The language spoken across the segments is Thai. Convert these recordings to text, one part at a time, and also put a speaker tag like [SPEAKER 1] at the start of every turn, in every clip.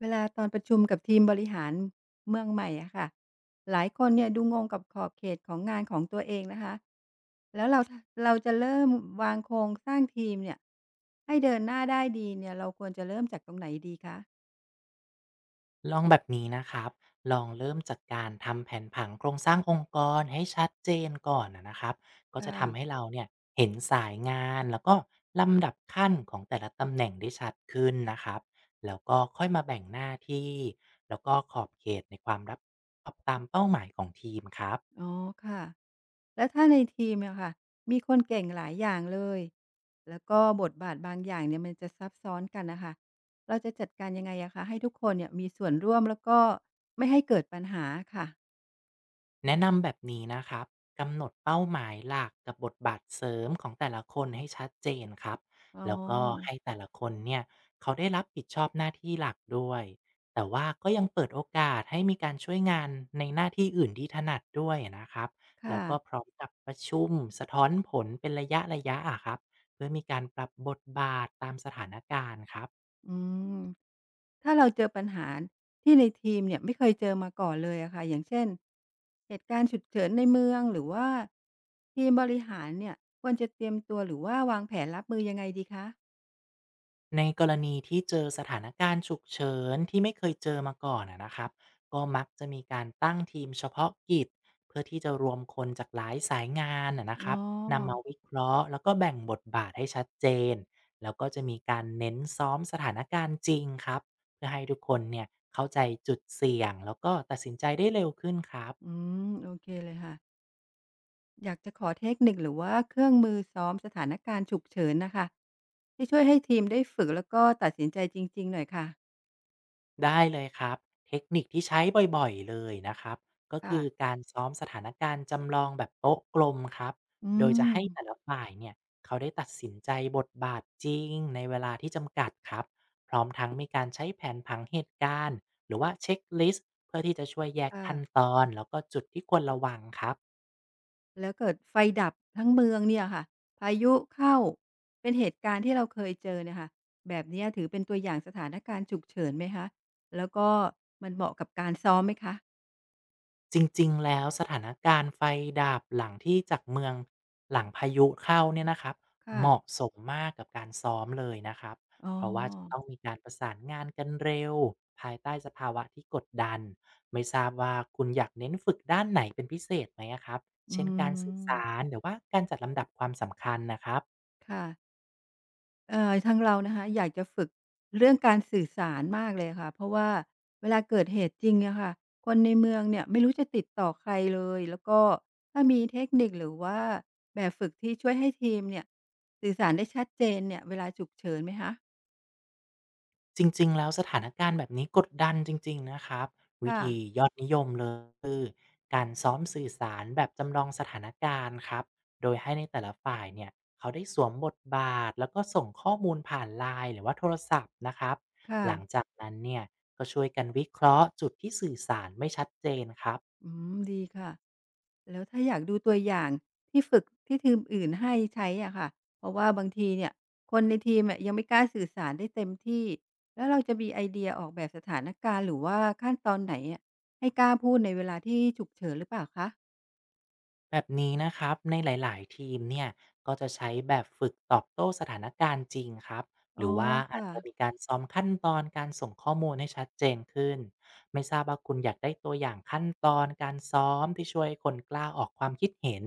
[SPEAKER 1] เวลาตอนประชุมกับทีมบริหารเมืองใหม่อะค่ะหลายคนเนี่ยดูงงกับขอบเขตของงานของตัวเองนะคะแล้วเราเราจะเริ่มวางโครงสร้างทีมเนี่ยให้เดินหน้าได้ดีเนี่ยเราควรจะเริ่มจากตรงไหนดีคะ
[SPEAKER 2] ลองแบบนี้นะครับ ลองเริ่มจากการทำแผนผังโครงสร้างองค์กรให้ชัดเจนก่อนนะครับ ก็จะทำให้
[SPEAKER 1] ค่ะ
[SPEAKER 2] เราเนี่ยเห็นสายงานแล้วก็ลำดับขั้นของแต่ละตำแหน่งได้ชัดขึ้นนะครับ แล้วก็ค่อยมาแบ่งหน้าที่แล้วก็ขอบเขตในความรับตามเป้าหมายของทีมครับ
[SPEAKER 1] อ๋อค่ะแล้วถ้าในทีมอะค่ะมีคนเก่งหลายอย่างเลยแล้วก็บทบาทบางอย่างเนี่ยมันจะซับซ้อนกันนะคะเราจะจัดการยังไงอะคะให้ทุกคนเนี่ยมีส่วนร่วมแล้วก็ไม่ให้เกิดปัญหาค่ะ
[SPEAKER 2] แนะนำแบบนี้นะครับ กำหนดเป้าหมายหลักกับบทบาทเสริมของแต่ละคนให้ชัดเจนครับ
[SPEAKER 1] อ๋อ
[SPEAKER 2] แล้วก็ให้แต่ละคนเนี่ยเขาได้รับผิดชอบหน้าที่หลักด้วย แต่ว่าก็ยังเปิดโอกาสให้มีการช่วยงานในหน้าที่อื่นที่ถนัดด้วยนะครับ แล้
[SPEAKER 1] ค่ะ
[SPEAKER 2] วก็พร้อมกับประชุมสะท้อนผลเป็นระยะอะครับเพื่อมีการปรับบทบาทตามสถานการณ์ครับ
[SPEAKER 1] อืมถ้าเราเจอปัญหาที่ในทีมเนี่ยไม่เคยเจอมาก่อนเลยอะค่ะอย่างเช่นเหตุการณ์ฉุกเฉินในเมืองหรือว่าทีมบริหารเนี่ยควรจะเตรียมตัวหรือว่าวางแผนรับมือยังไงดีคะ
[SPEAKER 2] ในกรณีที่เจอสถานการณ์ฉุกเฉินที่ไม่เคยเจอมาก่อนอะนะครับก็มักจะมีการตั้งทีมเฉพาะกิจเพื่อที่จะรวมคนจากหลายสายงานอะนะค
[SPEAKER 1] อ๋
[SPEAKER 2] รั
[SPEAKER 1] อ
[SPEAKER 2] บนำมาวิเคราะห์แล้วก็แบ่งบทบาทให้ชัดเจนแล้วก็จะมีการเน้นซ้อมสถานการณ์จริงครับเพื่อให้ทุกคนเนี่ยเข้าใจจุดเสี่ยงแล้วก็ตัดสินใจได้เร็วขึ้นครับ
[SPEAKER 1] อืมโอเคเลยค่ะอยากจะขอเทคนิคหรือว่าเครื่องมือซ้อมสถานการณ์ฉุกเฉินน่ะค่ะที่ช่วยให้ทีมได้ฝึกแล้วก็ตัดสินใจจริงๆหน่อยค่ะ
[SPEAKER 2] ได้เลยครับเทคนิคที่ใช้บ่อยๆเลยนะครับก็
[SPEAKER 1] ค่ะ
[SPEAKER 2] คือการซ้อมสถานการณ์จำลองแบบโต๊ะกลมครับ
[SPEAKER 1] อื
[SPEAKER 2] โดยจะให้แต่ละ
[SPEAKER 1] ม
[SPEAKER 2] ฝ่ายเนี่ยเขาได้ตัดสินใจบทบาทจริงในเวลาที่จำกัดครับพร้อมทั้งมีการใช้แผนผังเหตุการณ์หรือว่าเช็คลิสต์เพื่อที่จะช่วยแยกขั้น
[SPEAKER 1] ค่ะ
[SPEAKER 2] ตอนแล้วก็จุดที่ควรระวังครับ
[SPEAKER 1] แล้วเกิดไฟดับทั้งเมืองเนี่ยค่ะพายุเข้าเป็นเหตุการณ์ที่เราเคยเจอเนี่ยค่ะแบบเนี้ยถือเป็นตัวอย่างสถานการณ์ฉุกเฉินไหมคะแล้วก็มันเหมาะกับการซ้อมไหมคะ
[SPEAKER 2] จริงๆ แล้วสถานการณ์ไฟดับหลังที่จากเมืองหลังพายุเข้าเนี่ยนะครับเหมาะ
[SPEAKER 1] ค่ะ
[SPEAKER 2] สมมากกับการซ้อมเลยนะครับ
[SPEAKER 1] อ๋อ
[SPEAKER 2] เพราะว่าจะต้องมีการประสานงานกันเร็วภายใต้สภาวะที่กดดันไม่ทราบว่าคุณอยากเน้นฝึกด้านไหนเป็นพิเศษไหมอะครับ
[SPEAKER 1] อื
[SPEAKER 2] เช่นการสื่อสา
[SPEAKER 1] ม
[SPEAKER 2] รหรือว่าการจัดลำดับความสำคัญนะครับ
[SPEAKER 1] ค่ะ ทางเรานะคะอยากจะฝึกเรื่องการสื่อสารมากเลยค่ะเพราะว่าเวลาเกิดเหตุจริงอะค่ะคนในเมืองเนี่ยไม่รู้จะติดต่อใครเลยแล้วก็ถ้ามีเทคนิคหรือว่าแบบฝึกที่ช่วยให้ทีมเนี่ยสื่อสารได้ชัดเจนเนี่ยเวลาฉุกเฉินไหมคะ
[SPEAKER 2] จริงๆ แล้วสถานการณ์แบบนี้กดดันจริงๆ นะครับวิ
[SPEAKER 1] ค่ะ
[SPEAKER 2] ธียอดนิยมเลยคือการซ้อมสื่อสารแบบจำลองสถานการณ์ครับโดยให้ในแต่ละฝ่ายเนี่ยเขาได้สวมบทบาทแล้วก็ส่งข้อมูลผ่านไลน์หรือว่าโทรศัพท์นะครับ
[SPEAKER 1] ค่ะ
[SPEAKER 2] หลังจากนั้นเนี่ยก็ช่วยกันวิเคราะห์จุดที่สื่อสารไม่ชัดเจนครับ
[SPEAKER 1] อืมดีค่ะแล้วถ้าอยากดูตัวอย่างที่ฝึกที่ทีมอื่นให้ใช้อะค่ะเพราะว่าบางทีเนี่ยคนในทีมอะยังไม่กล้าสื่อสารได้เต็มที่แล้วเราจะมีไอเดียออกแบบสถานการณ์หรือว่าขั้นตอนไหนอะให้กล้าพูดในเวลาที่ฉุกเฉินหรือเปล่าคะ
[SPEAKER 2] แบบนี้นะครับในหลาย ๆ ทีมเนี่ยก็จะใช้แบบฝึกตอบโต้สถานการณ์จริงครับห
[SPEAKER 1] อ๋อ
[SPEAKER 2] รือว่าอาจจะมี
[SPEAKER 1] ค่ะ
[SPEAKER 2] การซ้อมขั้นตอนการส่งข้อมูลให้ชัดเจนขึ้นไม่ทราบว่าคุณอยากได้ตัวอย่างขั้นตอนการซ้อมที่ช่วยให้คนกล้าออกความคิดเห็น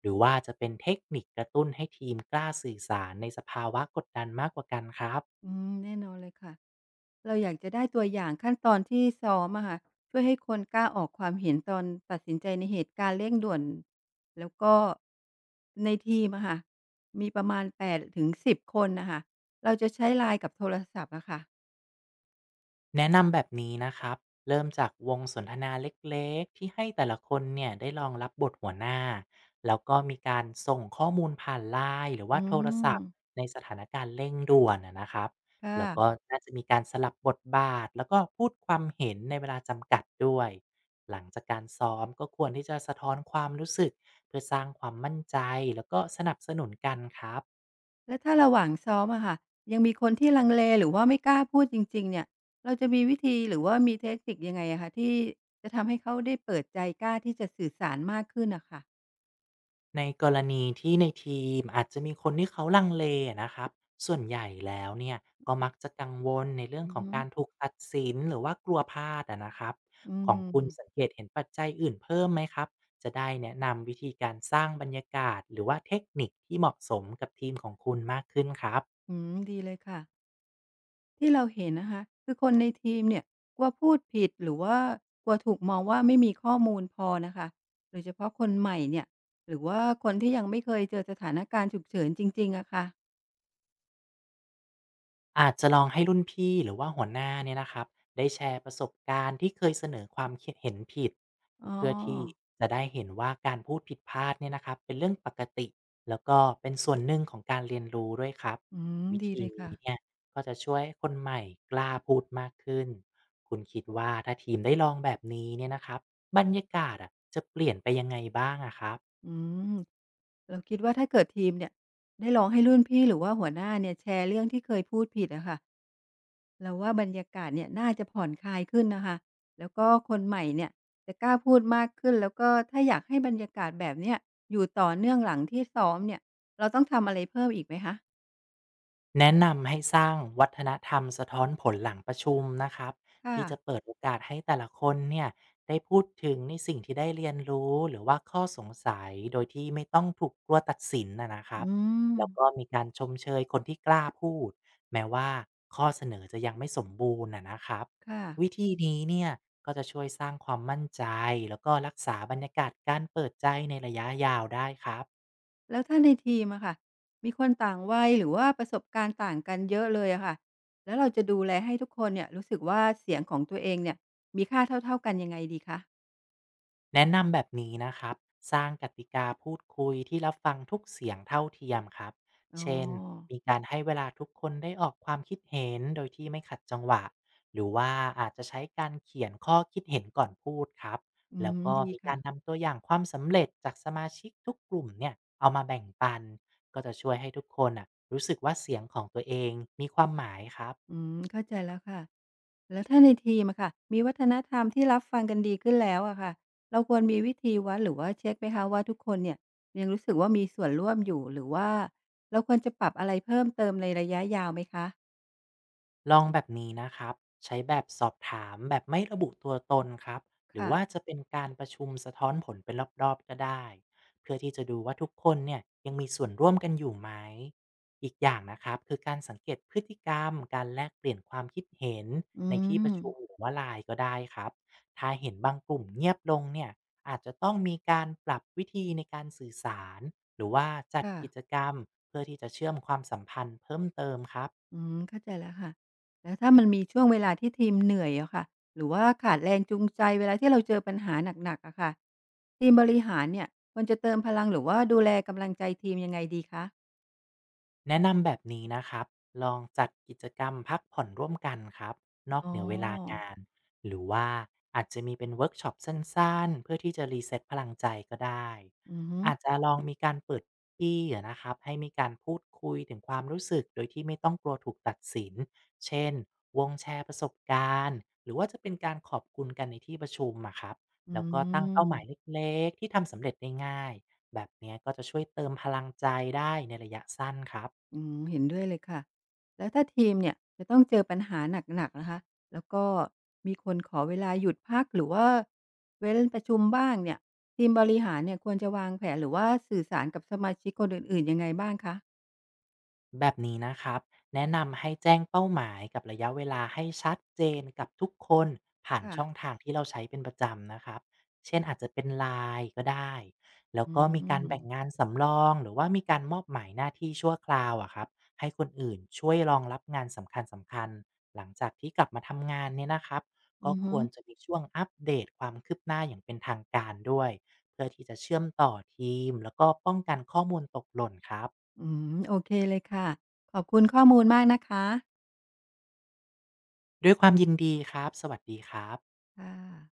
[SPEAKER 2] หรือว่าจะเป็นเทคนิคกระตุ้นให้ทีมกล้าสื่อสารในสภาวะกดดันมากกว่ากันครับ
[SPEAKER 1] อืมแน่นอนเลยค่ะ เราอยากจะได้ตัวอย่างขั้นตอนที่ซ้อมอะค่ะช่วยให้คนกล้าออกความเห็นตอนตัดสินใจในเหตุการณ์เร่งด่วนแล้วก็ในทีมอะค่ะมีประมาณ8-10คนน่ะค่ะเราจะใช้ LINE กับโทรศัพท์อะค่ะ
[SPEAKER 2] แนะนำแบบนี้นะครับเริ่มจากวงสนทนาเล็กๆที่ให้แต่ละคนเนี่ยได้ลองรับบทหัวหน้า แล้วก็มีการส่งข้อมูลผ่านไลน์หรือ
[SPEAKER 1] อื
[SPEAKER 2] ว่าโทรศัพท์
[SPEAKER 1] ม
[SPEAKER 2] ในสถานการณ์เร่งด่วนนะครับ
[SPEAKER 1] ค
[SPEAKER 2] แล้วก็
[SPEAKER 1] ่ะ
[SPEAKER 2] น่าจะมีการสลับบทบาทแล้วก็พูดความเห็นในเวลาจำกัดด้วย หลังจากการซ้อมก็ควรที่จะสะท้อนความรู้สึกเพื่อสร้างความมั่นใจแล้วก็สนับสนุนกันครับ
[SPEAKER 1] แล้วถ้าระหว่างซ้อมอะค่ะยังมีคนที่ลังเลหรือว่าไม่กล้าพูดจริงๆเนี่ยเราจะมีวิธีหรือว่ามีเทคนิคยังไงอะคะที่จะทำให้เขาได้เปิดใจกล้าที่จะสื่อสารมากขึ้นน่ะค่ะ
[SPEAKER 2] ในกรณีที่ในทีมอาจจะมีคนที่เขาลังเลอะนะครับส่วนใหญ่แล้วเนี่ยก็มักจะกังวลในเรื่อง
[SPEAKER 1] อือ
[SPEAKER 2] ของ
[SPEAKER 1] ฮึ
[SPEAKER 2] การถูกตัดสินหรือว่ากลัวพลาดอะนะครับ
[SPEAKER 1] อื
[SPEAKER 2] ของ
[SPEAKER 1] ม
[SPEAKER 2] คุณสังเกตเห็นปัจจัยอื่นเพิ่มไหมครับจะได้แนะนำวิธีการสร้างบรรยากาศหรือว่าเทคนิคที่เหมาะสมกับทีมของคุณมากขึ้นครับ
[SPEAKER 1] อืมดีเลยค่ะที่เราเห็นนะคะคือคนในทีมเนี่ยกลัวพูดผิดหรือว่ากลัวถูกมองว่าไม่มีข้อมูลพอนะคะโดยเฉพาะคนใหม่เนี่ยหรือว่าคนที่ยังไม่เคยเจอสถานการณ์ฉุกเฉินจริงๆอะค่ะ
[SPEAKER 2] อาจจะลองให้รุ่นพี่หรือว่าหัวหน้าเนี่ยนะครับได้แชร์ประสบการณ์ที่เคยเสนอความคิดเห็นผิด
[SPEAKER 1] อ๋อ
[SPEAKER 2] เพื่อที่จะได้เห็นว่าการพูดผิดพลาดเนี่ยนะครับเป็นเรื่องปกติแล้วก็เป็นส่วนหนึ่งของการเรียนรู้ด้วยครับ
[SPEAKER 1] อืม
[SPEAKER 2] วิ
[SPEAKER 1] ดี
[SPEAKER 2] ธี
[SPEAKER 1] เลยค่ะ
[SPEAKER 2] นี้เนี่ยก็จะช่วยให้คนใหม่กล้าพูดมากขึ้นคุณคิดว่าถ้าทีมได้ลองแบบนี้เนี่ยนะครับบรรยากาศอะจะเปลี่ยนไปยังไงบ้างอะครับ
[SPEAKER 1] อืมเราคิดว่าถ้าเกิดทีมเนี่ยได้ลองให้รุ่นพี่หรือว่าหัวหน้าเนี่ยแชร์เรื่องที่เคยพูดผิดอะค่ะ เราว่าบรรยากาศเนี่ยน่าจะผ่อนคลายขึ้นนะคะแล้วก็คนใหม่เนี่ยจะกล้าพูดมากขึ้นแล้วก็ถ้าอยากให้บรรยากาศแบบเนี้ยอยู่ต่อเนื่องหลังที่ซ้อมเนี่ยเราต้องทำอะไรเพิ่มอีกไหมคะ
[SPEAKER 2] แนะนำให้สร้างวัฒนธรรมสะท้อนผลหลังประชุมนะครับ
[SPEAKER 1] ค่ะ
[SPEAKER 2] ที่จะเปิดโอกาสให้แต่ละคนเนี่ยได้พูดถึงในสิ่งที่ได้เรียนรู้หรือว่าข้อสงสัยโดยที่ไม่ต้องถูกกลัวตัดสินนะครับ
[SPEAKER 1] อืม
[SPEAKER 2] แล้วก็มีการชมเชยคนที่กล้าพูดแม้ว่าข้อเสนอจะยังไม่สมบูรณ์นะครับ
[SPEAKER 1] ค่ะ
[SPEAKER 2] วิธีนี้เนี่ยก็จะช่วยสร้างความมั่นใจแล้วก็รักษาบรรยากาศการเปิดใจในระยะยาวได้ครับ
[SPEAKER 1] แล้วถ้าในทีมอะค่ะมีคนต่างวัยหรือว่าประสบการณ์ต่างกันเยอะเลยอะค่ะแล้วเราจะดูแลให้ทุกคนเนี่ยรู้สึกว่าเสียงของตัวเองเนี่ยมีค่าเท่าๆกันยังไงดีคะ
[SPEAKER 2] แนะนำแบบนี้นะครับสร้างกติกาพูดคุยที่รับฟังทุกเสียงเท่าเทียมครับ
[SPEAKER 1] อ๋อ
[SPEAKER 2] เช่นมีการให้เวลาทุกคนได้ออกความคิดเห็นโดยที่ไม่ขัดจังหวะหรือว่าอาจจะใช้การเขียนข้อคิดเห็นก่อนพูดครับ
[SPEAKER 1] อื
[SPEAKER 2] แล้ว
[SPEAKER 1] ม
[SPEAKER 2] ก็
[SPEAKER 1] ดี
[SPEAKER 2] มี
[SPEAKER 1] ค่ะ
[SPEAKER 2] การนำตัวอย่างความสำเร็จจากสมาชิกทุกกลุ่มเนี่ยเอามาแบ่งปันก็จะช่วยให้ทุกคนอ่ะรู้สึกว่าเสียงของตัวเองมีความหมายครับ
[SPEAKER 1] อืมเข้าใจแล้วค่ะแล้วถ้าในทีมอะค่ะมีวัฒนธรรมที่รับฟังกันดีขึ้นแล้วอะค่ะเราควรมีวิธีวัดหรือว่าเช็คไหมคะว่าทุกคนเนี่ยยังรู้สึกว่ามีส่วนร่วมอยู่หรือว่าเราควรจะปรับอะไรเพิ่มเติมในระยะยาวไหมคะ
[SPEAKER 2] ลองแบบนี้นะครับ ใช้แบบสอบถามแบบไม่ระบุตัวตนครับ หรือ
[SPEAKER 1] ค่ะ
[SPEAKER 2] ว่าจะเป็นการประชุมสะท้อนผลเป็นรอบๆก็ได้ เพื่อที่จะดูว่าทุกคนเนี่ยยังมีส่วนร่วมกันอยู่ไหมอีกอย่างนะครับคือการสังเกตพฤติกรรมการแลกเปลี่ยนความคิดเห็น
[SPEAKER 1] อื
[SPEAKER 2] ในที่ป
[SPEAKER 1] ม
[SPEAKER 2] ระชุมหรือว่าไลน์ก็ได้ครับถ้าเห็นบางกลุ่มเงียบลงเนี่ยอาจจะต้องมีการปรับวิธีในการสื่อสารหรือว่าจัด
[SPEAKER 1] ค่ะ
[SPEAKER 2] กิจกรรมเพื่อที่จะเชื่อมความสัมพันธ์เพิ่มเติมครับ
[SPEAKER 1] อืมเข้าใจแล้วค่ะแล้วถ้ามันมีช่วงเวลาที่ทีมเหนื่อยอะค่ะหรือว่าขาดแรงจูงใจเวลาที่เราเจอปัญหาหนักๆอะค่ะทีมบริหารเนี่ยควรจะเติมพลังหรือว่าดูแลกำลังใจทีมยังไงดีคะ
[SPEAKER 2] แนะนำแบบนี้นะครับ ลองจัดกิจกรรมพักผ่อนร่วมกันครับนอก
[SPEAKER 1] อ๋อ
[SPEAKER 2] เหนือเวลางานหรือว่าอาจจะมีเป็นเวิร์กช็อปสั้นๆเพื่อที่จะรีเซ็ตพลังใจก็ได้
[SPEAKER 1] อือฮึ
[SPEAKER 2] อาจจะลองมีการเปิดที่อะนะครับให้มีการพูดคุยถึงความรู้สึกโดยที่ไม่ต้องกลัวถูกตัดสิน เช่นวงแชร์ประสบการณ์หรือว่าจะเป็นการขอบคุณกันในที่ประชุมอะครับ
[SPEAKER 1] อื
[SPEAKER 2] แล้วก็ตั้งเป้า
[SPEAKER 1] ม
[SPEAKER 2] หมายเล็กๆที่ทำสำเร็จได้ง่ายแบบเนี้ยก็จะช่วยเติมพลังใจได้ในระยะสั้นครับ
[SPEAKER 1] อืมเห็นด้วยเลยค่ะแล้วถ้าทีมเนี่ยจะต้องเจอปัญหาหนักๆนะคะแล้วก็มีคนขอเวลาหยุดพักหรือว่าเว้นประชุมบ้างเนี่ยทีมบริหารเนี่ยควรจะวางแผนหรือว่าสื่อสารกับสมาชิกคนอื่นๆยังไงบ้างคะ
[SPEAKER 2] แบบนี้นะครับแนะนำให้แจ้งเป้าหมายกับระยะเวลาให้ชัดเจนกับทุกคนผ่าน
[SPEAKER 1] ค่ะ
[SPEAKER 2] ช่องทางที่เราใช้เป็นประจำนะครับเช่นอาจจะเป็น LINE ก็ได้แล้ว
[SPEAKER 1] อื
[SPEAKER 2] ก็
[SPEAKER 1] ม
[SPEAKER 2] มี
[SPEAKER 1] อือ
[SPEAKER 2] การ
[SPEAKER 1] ฮึ
[SPEAKER 2] แบ่งงานสำรองหรือว่ามีการมอบหมายหน้าที่ชั่วคราวอะครับให้คนอื่นช่วยรองรับงานสำคัญหลังจากที่กลับมาทำงานเนี่ยนะครับก็ควรจะมีช่วงอัปเดตความคืบหน้าอย่างเป็นทางการด้วยเพื่อที่จะเชื่อมต่อทีมแล้วก็ป้องกันข้อมูลตกหล่นครับ
[SPEAKER 1] อืมโอเคเลยค่ะขอบคุณข้อมูลมากนะคะ
[SPEAKER 2] ด้วยความยินดีครับ สวัสดีครับ
[SPEAKER 1] ค่ะ